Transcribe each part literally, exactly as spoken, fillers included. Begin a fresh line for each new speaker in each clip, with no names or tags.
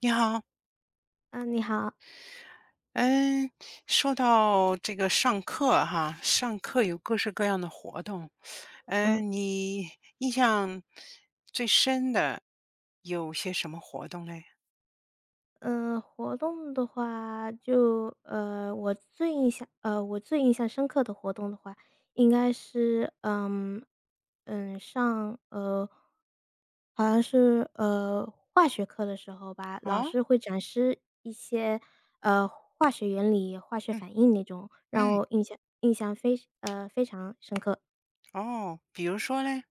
你好，
嗯，你好。
嗯，说到这个上课哈，上课有各式各样的活动，
嗯嗯。
嗯，你印象最深的有些什么活动嘞？
呃，活动的话就呃，我最印象呃，我最印象深刻的活动的话，应该是，嗯，嗯，上呃，好像是，呃，化学课的时候吧，老
啊，
师会展示一些，呃，化学原理、化学
嗯
反应那种，让
嗯，
我印象
哦，比如说嘞，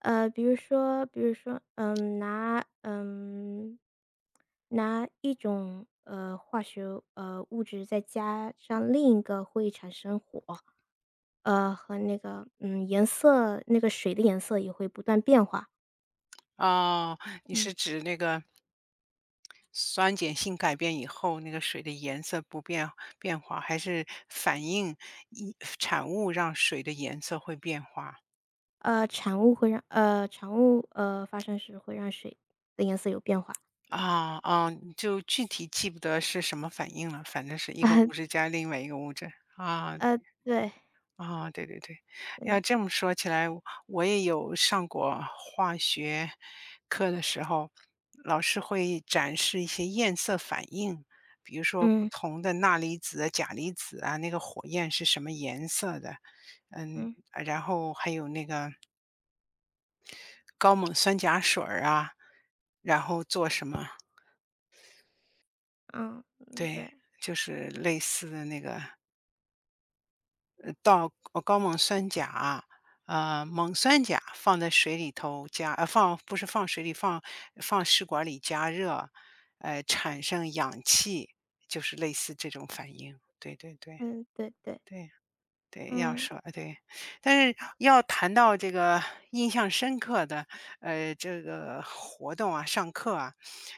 呃，比如说比如说，嗯，拿嗯，拿一种，呃，化学，呃，物质再加上另一个会产生火，呃，和那个，嗯，颜色那个水的颜色也会不断变化。
哦，你
嗯。
是指那个酸碱性改变以后那个水的颜色不变变化，还是反应一产物让水的颜色会变化？
呃，产物会让呃，产物，呃，发生时会让水的颜色有变化。
啊，啊，你就具体记不得是什么反应了，反正是 一个
啊，
物质加另外一个物质。啊，
呃，对，
啊，对对对。
对
要
对，
这么说起来，我也有上过化学课的时候，老师会展示一些焰色反应，比如说不
嗯，
同的钠离子啊、钾离子啊，那个火焰是什么颜色的。嗯，
嗯，
然后还有那个高锰酸钾水儿啊，然后做什么
嗯，嗯，
对，
对，
就是类似的那个，呃，倒呃高锰酸钾啊，呃，锰酸钾放在水里头加呃，放不是放水里，放放试管里加热，呃，产生氧气，就是类似这种反应。对对对，
嗯，对对，
对。对，要
嗯，
说呃对。但是要谈到这个印象深刻的，呃，这个活动啊，上课啊，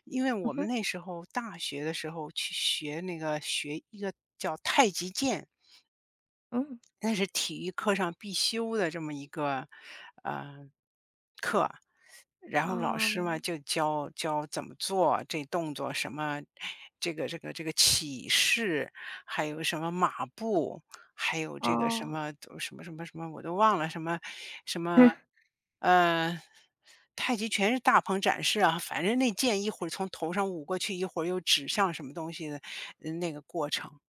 因为
嗯
我们
哼，
那时候大学的时候去学那个学一个叫太极剑，
嗯，
那是体育课上必修的这么一个，呃然后老师嘛
哦，
就教教怎么做，这动作什么，这个这个这个起势，还有什么马步，还有这个什
哦。
么都什么什么什么，我都忘了什么什 么，
嗯
呃，太极拳是大鹏展翅啊，反正那剑一会儿从头上舞过去，一会儿又指向什么东西的嗯那个过程。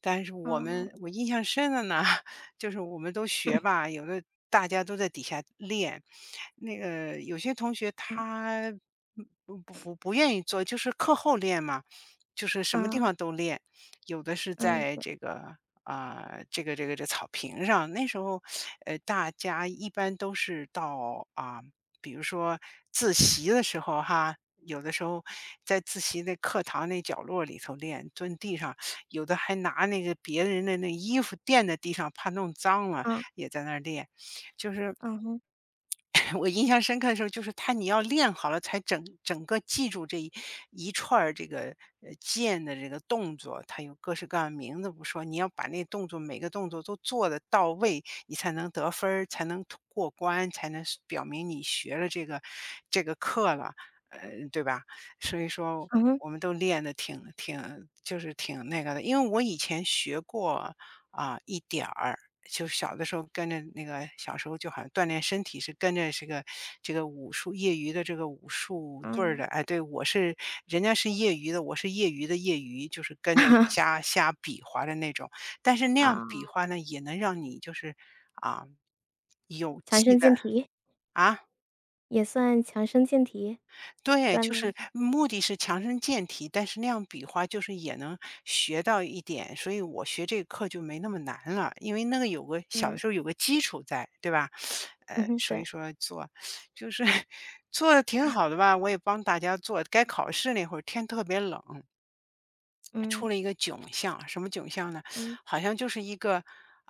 但是我
哦，
们我印象深的呢，就是我们都学吧，有的大家都在底下练。那个有些同学
嗯，
他嗯不不不不愿意做，就是课后练嘛，就是什么地
嗯，
方都练，有的是
嗯，
在
对，
这个。啊、这个这个这草坪上，那时候，呃，大家一般都是到啊、比如说自习的时候哈，有的时候在自习那课堂那角落里头练，蹲地上，有的还拿那个别人的那衣服垫在地上，怕弄脏了，
嗯，
也在那儿练。就是
嗯哼，
我印象深刻的时候，就是他，你要练好了才整整个记住这一一串儿这个呃剑的这个动作，它有各式各样的名字不说，你要把那动作每个动作都做的到位，你才能得分儿，才能通过关，才能是表明你学了这个这个课了，呃，对吧？所以说
嗯哼，
我们都练的挺挺就是挺那个的，因为我以前学过啊、一点儿，就是小的时候跟着那个小时候就好像锻炼身体是跟着这个这个武术业余的这个武术队儿的，
嗯，
哎，对，我是人家是业余的，我是业余的业余，就是跟着 瞎瞎比划的那种。但是那
啊，
样比划呢，也能让你就是啊有
强
气
身
的
健体，
啊。
也算强身健体，
对，
锻
就是
炼，
目的是强身健体，但是那样比划就是也能学到一点，所以我学这个课就没那么难了，因为那个有个小的
嗯，
时候有个基础在，对吧？呃，
嗯哼，
所以
对，
说做就是 做的挺好的吧，我也帮大家做，该考试那会儿天特别冷，出
嗯，
了一个囧相，什么囧相呢？
嗯，
好像就是一个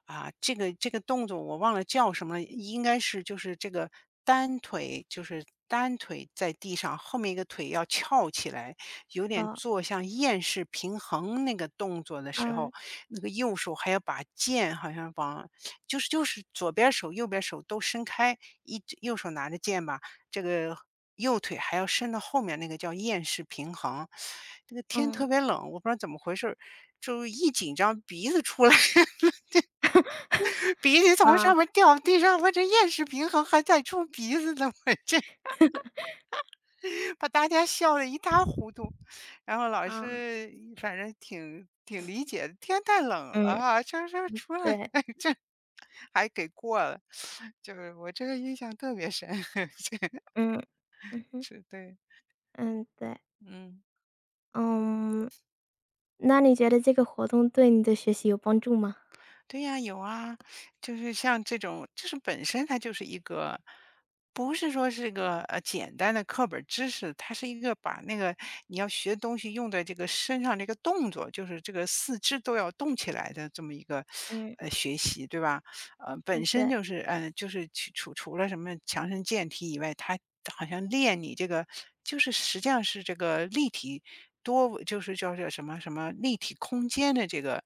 啊，这个这个动作我忘了叫什么了，应该是就是这个单腿，就是单腿在地上，后面一个腿要翘起来，有点
哦，
做像燕式平衡那个动作的时候，
嗯，
那个右手还要把剑好像往，就是就是左边手右边手都伸开，一只右手拿着剑吧，这个右腿还要伸到后面，那个叫厌式平衡。这个天特
嗯，
别冷，我不知道怎么回事儿，就一紧张鼻子出来，鼻涕从
啊，
上面掉地上，我这厌式平衡还在出鼻子呢，我这把大家笑的一塌糊涂。然后老
啊，
师反正挺挺理解的，天太冷了
嗯，
啊，这这出来
对，
这还给过了，就是我这个印象特别深，这
嗯，嗯哼，
这对，
嗯，对，
嗯。
嗯，那你觉得这个活动对你的学习有帮助吗？
对呀，有啊，就是像这种，就是本身它就是一个，不是说是个呃简单的课本儿知识，它是一个把那个你要学东西用在这个身上这个动作，就是这个四肢都要动起来的这么一个
嗯，
呃学习，对吧？呃，本
嗯，
身
对，
就是嗯，就是去除除了什么强身健体以外，它好像练你这个就是实际上是这个立体多就是叫叫什么什么立体空间的这个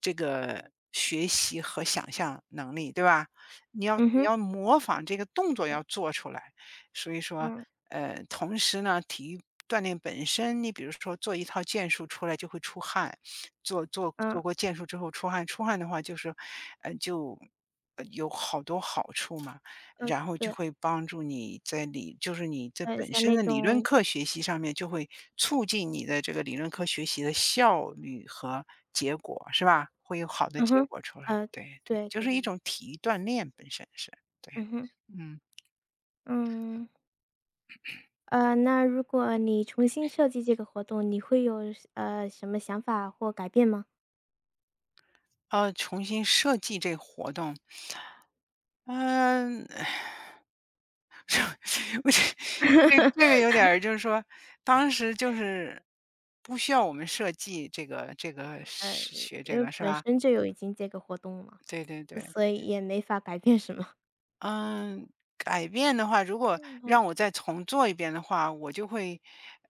这个学习和想象能力，对吧？你要
嗯
你
哼，
要模仿这个动作
嗯，
要做出来，所以说，
嗯，
呃，同时呢，体育锻炼本身，你比如说做一套剑术出来就会出汗，做做做
嗯，
过剑术之后出汗，出汗的话就是，呃，就呃有好多好处嘛。
呃，
然后就
对，
会帮助你在理就是你这
呃，
本
像
身
那
的理论
种
课学习上面，就会促进你的这个理论课学习的效率和结果，是吧？会有好的
嗯
结
哼。
果出来。
呃，
对对，
对
就
对
是一
对
种
对。
体育锻炼本身是，对。
嗯哼，
嗯，
嗯，呃，那如果你重新设计这个活动，你会有什呃，什么想法或改变吗？
呃，重新设计这活动，嗯，我这这这个有点儿就是说，当时就是不需要我们设计这个这个
呃，
是学
因
这
为
个是
本
吧？
身就有已经这个活动了，
对对对。
所以也没法改变什么
嗯，改变的话，如果
嗯哼。
让我再重做一遍的话，我就会，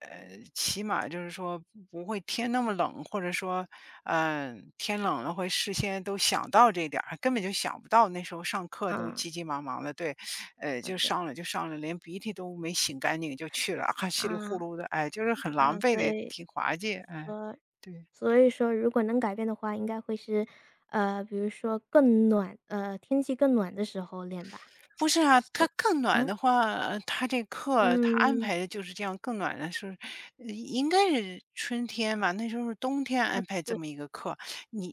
呃，起码就是说不会天那么冷，或者说，嗯、天冷了会事先都想到这点儿，根本就想不到那时候上课都
啊，
急急忙忙的，对，呃，
啊，
就
对，
上了就上了，连鼻涕都没擤干净就去了，还稀里呼
啊，
噜的，哎，就是很狼
啊，
狈
所
的，
以
挺滑稽，哎，
说
对。
所以说如果能改变的话，应该会是，呃，比如说更暖呃，天气更暖的时候练吧？
不是啊，
是，
他更暖
啊？
的话，呃他这课他安
嗯，
排的就是这样更暖的是，呃应该是春天吧，那时候是冬天
啊，
安排这
对，
么一个课，你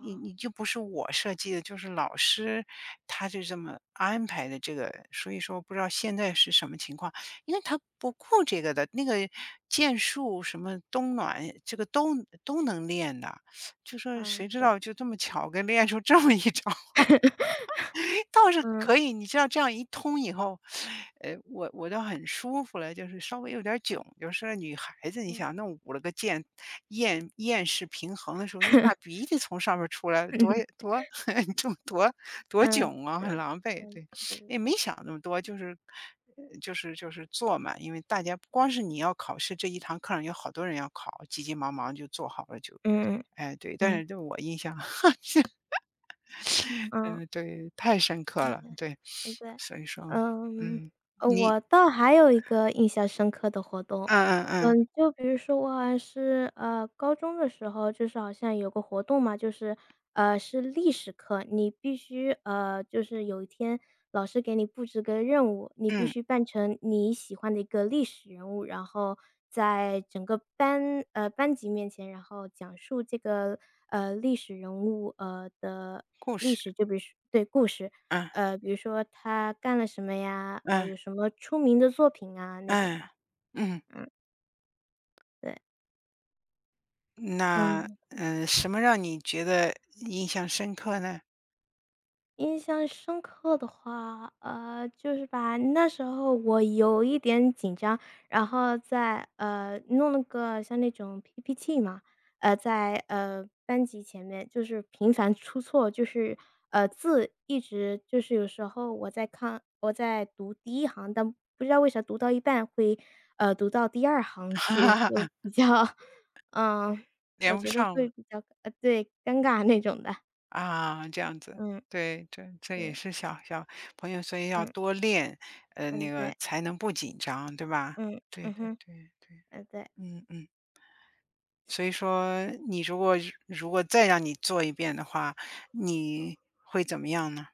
你你就不是我设计的，就是老师他就这么安排的这个，所以说不知道现在是什么情况，因为他不顾这个的，那个剑术什么冬暖这个都都能练的，就说
嗯，
谁知
对，
道就这么巧给练出这么一招。倒是
嗯
可以，你知道这样一通以后，呃，我我倒很舒服了，就是稍微有点儿囧，
嗯
就是女孩子，你
嗯。
想弄捂了个剑，厌厌世平衡的时候，你大 鼻涕从上面儿出来，多多 就多多
嗯，
囧啊，
对，
很狼狈。
嗯，
对，
对对
也没
对，
想那么多，就是呃就是就是做嘛，因为大家不光是你要考试这一堂课上有好多人要考，急急忙忙就做好了就，
嗯嗯
哎，对，但
嗯，
是对我印象
嗯。
嗯，对，太深刻
嗯，
了，
对，
对。
嗯，对，
所以说，
嗯，
嗯，
呃，
你
我倒还有一个印象深刻的活动，
嗯嗯嗯，
嗯，就比如说我好像是，呃，高中的时候，就是好像有个活动嘛，就是，呃，是历史课，你必须，呃，就是有一天老师给你布置个任务，你必
嗯，
须扮成你喜欢的一个历史人物，然后在整个班，呃，班级面前，然后讲述这个，呃，历史人物，呃的
故
历
事，
史，就比如说对故事。
嗯
呃，比如说他干了什么呀？呃，
嗯
有什么出名的作品啊那种
嗯，
的。
嗯，
嗯。对，
那，
嗯。
嗯，什么让你觉得印象深刻呢？
印象深刻的话，呃，就是吧，那时候我有一点紧张，然后在呃，弄了个像那种 P P T 嘛，呃，在呃，班级前面就是频繁出错，就是呃，字一直就是有时候我在看我在读第一行，但不知道为啥读到一半会，呃，读到第二 行
哈
去，
哈哈
就比较 嗯，我
连不
觉得
上了，
会比较呃，对，尴尬那种的，
啊，这样子，
嗯，
对，这这也
对，
是小小朋友，所以要
嗯。
多练，呃，那
嗯，
个
对，
才能不紧张，对吧？
嗯，
对
嗯
对
哼，
对对，
呃，对，
嗯嗯。所以说你如果如果再让你做一遍的话，你会怎么样呢？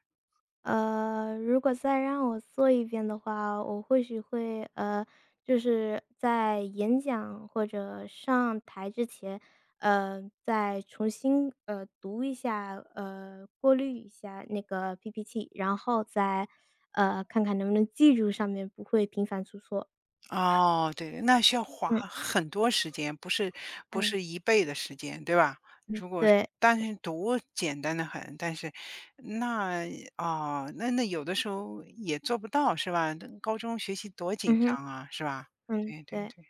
呃，如果再让我做一遍的话，我或许会，呃，就是在演讲或者上台之前，呃，再重新呃读一下，呃，过滤一下那个 P P T，然后再呃看看能不能记住上面不会频繁出错。
哦，对，那需要花
嗯
很多时间，不是不
嗯
是一倍的时间，对吧？
嗯，
如果是
对，
但是读简单的很，但是那哦，那那有的时候也做不到，是吧？那高中学习多紧
嗯哼，
张啊，是吧？
嗯
对对
对
对，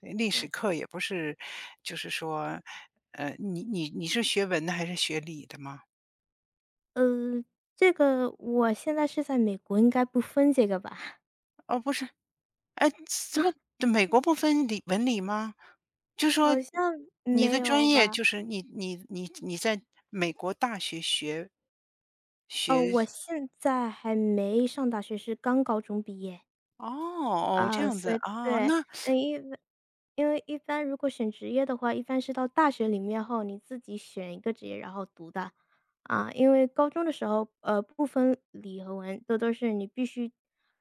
对，历史
对，
课也不是，就是说，呃，你你你是学文的还是学理的吗？
呃，这个我现在是在美国，应该不分这个吧？
哦，不是，哎，怎么美国不分理文理吗？就说
好像
你
没
的专
有
业
吧？
就是你你你你在美国大学学
哦，
学
我现在还没上大学，是刚高中毕业。
哦哦这
啊，
样子
所以
啊，
对，
那
嗯，因为因为一般如果选职业的话，一般是到大学里面后，你自己选一个职业然后读的。啊，因为高中的时候，呃，不分理和文，都都是你必须，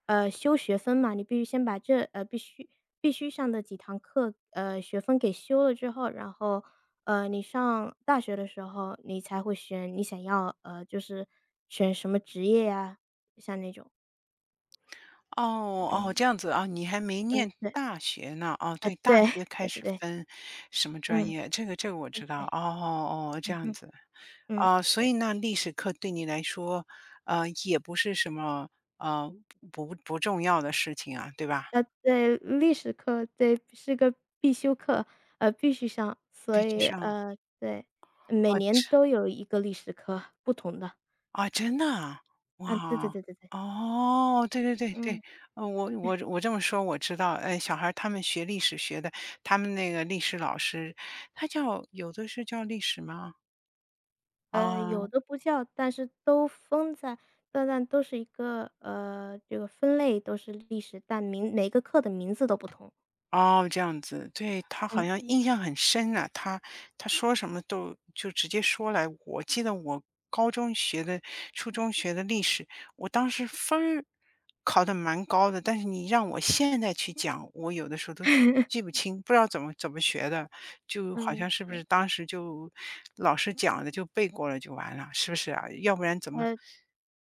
呃，修学分嘛，你必须先把这呃，必须必须上的几堂课，呃，学分给修了之后，然后，呃，你上大学的时候，你才会选你想要，呃，就是选什么职业呀，像那种，
哦哦这
嗯，
样子啊，你还没念
对，
大学呢哦，
哎，
对，大
对，
学开
对对
始
对。
分什么专
嗯，
业，这个这个我
嗯，
知道哦
对。
哦哦这
嗯
样
哼，
子
嗯。
啊，所
对，
以那历史课对你来说，呃，也不是什么呃不不重要的事情啊，对吧？
呃，对，历史课，对，是个必修课，呃，必须上，
必
所
须
以，
上。
呃，对，每
啊，
年
真
都有一个历史课，不同的，
啊，真的啊？
啊，对对
哇，
对对对，
哦，对对对对，
嗯。
呃，我我我这么说我知道，哎，小孩儿他们学历史学的，他们那个历史老师，他叫有的是叫历史吗？
呃，
啊。
有的不叫，但是都分在但但都是一个，呃，这个分类都是历史，但名每个课的名字都不同。
哦，这样子，对，他好
嗯。
像印象很深啊，他他说什么都就直接说来。我记得我高中学的、初中学的历史，我当时分儿考得蛮高的，但是你让我现在去讲，我有的时候都记不清，不知道怎么怎么学的，就好
嗯，
像是不是当时就老师讲的就背过了就完了，是不是啊？要不然怎么
呃，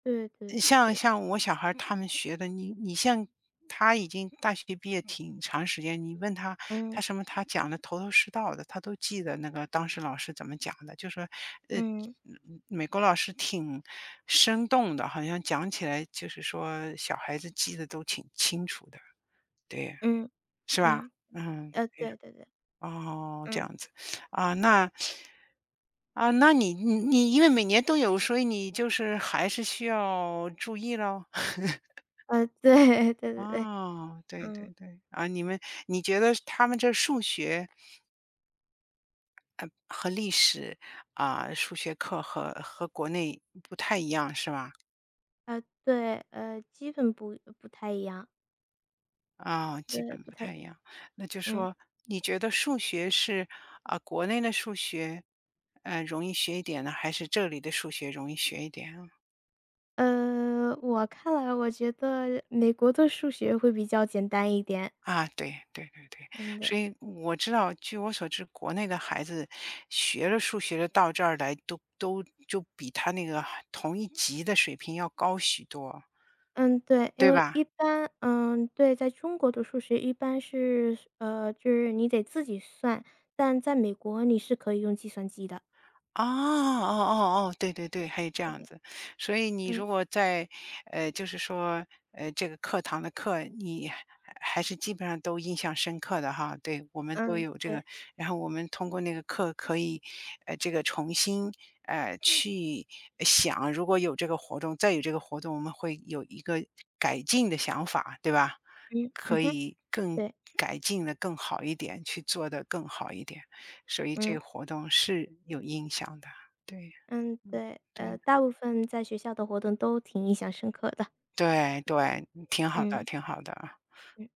对对
像
对。
像我小孩儿他们学的，你你像他已经大学毕业挺长时间，你问他，他
嗯，
什么他讲的头头是道的，他都记得那个当时老师怎么讲的，就说，呃，
嗯，
嗯美国老师挺生动的，好像讲起来就是说小孩子记得都挺清楚的，对，
嗯，
是吧？
嗯。
嗯，
呃，
对，
对对对。
哦，这
嗯。
样子，啊，那。啊，那你你你因为每年都有，所以你就是还是需要注意喽。
呃，对 对对对。
哦，对对
嗯。
对，啊，你们你觉得他们这数学和历史啊，数学课和和国内不太一样是吧？
呃，对，呃，基本不不太一样，
啊，基
对，
本
不
不
太
太
一
一
样。
样。那就
嗯。
说你觉得数学是啊，国内的数学，呃，容易学一点呢，还是这里的数学容易学一点啊？
呃，我看来我觉得美国的数学会比较简单一点。
啊，对对对对，
嗯，对。
所以我知道，据我所知，国内的孩子学了数学的到这儿来，都都就比他那个同一级的水平要高许多，
嗯，对，因
对
为
吧？
一般嗯，对，在中国的数学一般是呃，就是你得自己算，但在美国你是可以用计算机的。
哦哦哦哦，对对对，还有这
对
样
的，
子。所以你
嗯。
如果在，呃，就是说，呃，这个课堂的课，你还还是基本上都印象深刻的哈。对，我们都
嗯，
有这个，
对，
然后我们通过那个课可以，呃，这个重新呃去想，如果有这个活动，再有这个活动，我们会有一个改进的想法，对吧？
嗯，嗯
可
哼，
以更
对。
改进的更好一点，去做的更好一点。所以这个
嗯。
活动是有影响的，对，
嗯，
嗯，
对，
对，
呃，大部分在学校的活动都挺印象深刻的。
对对，嗯挺好的
嗯，
挺好的。
嗯。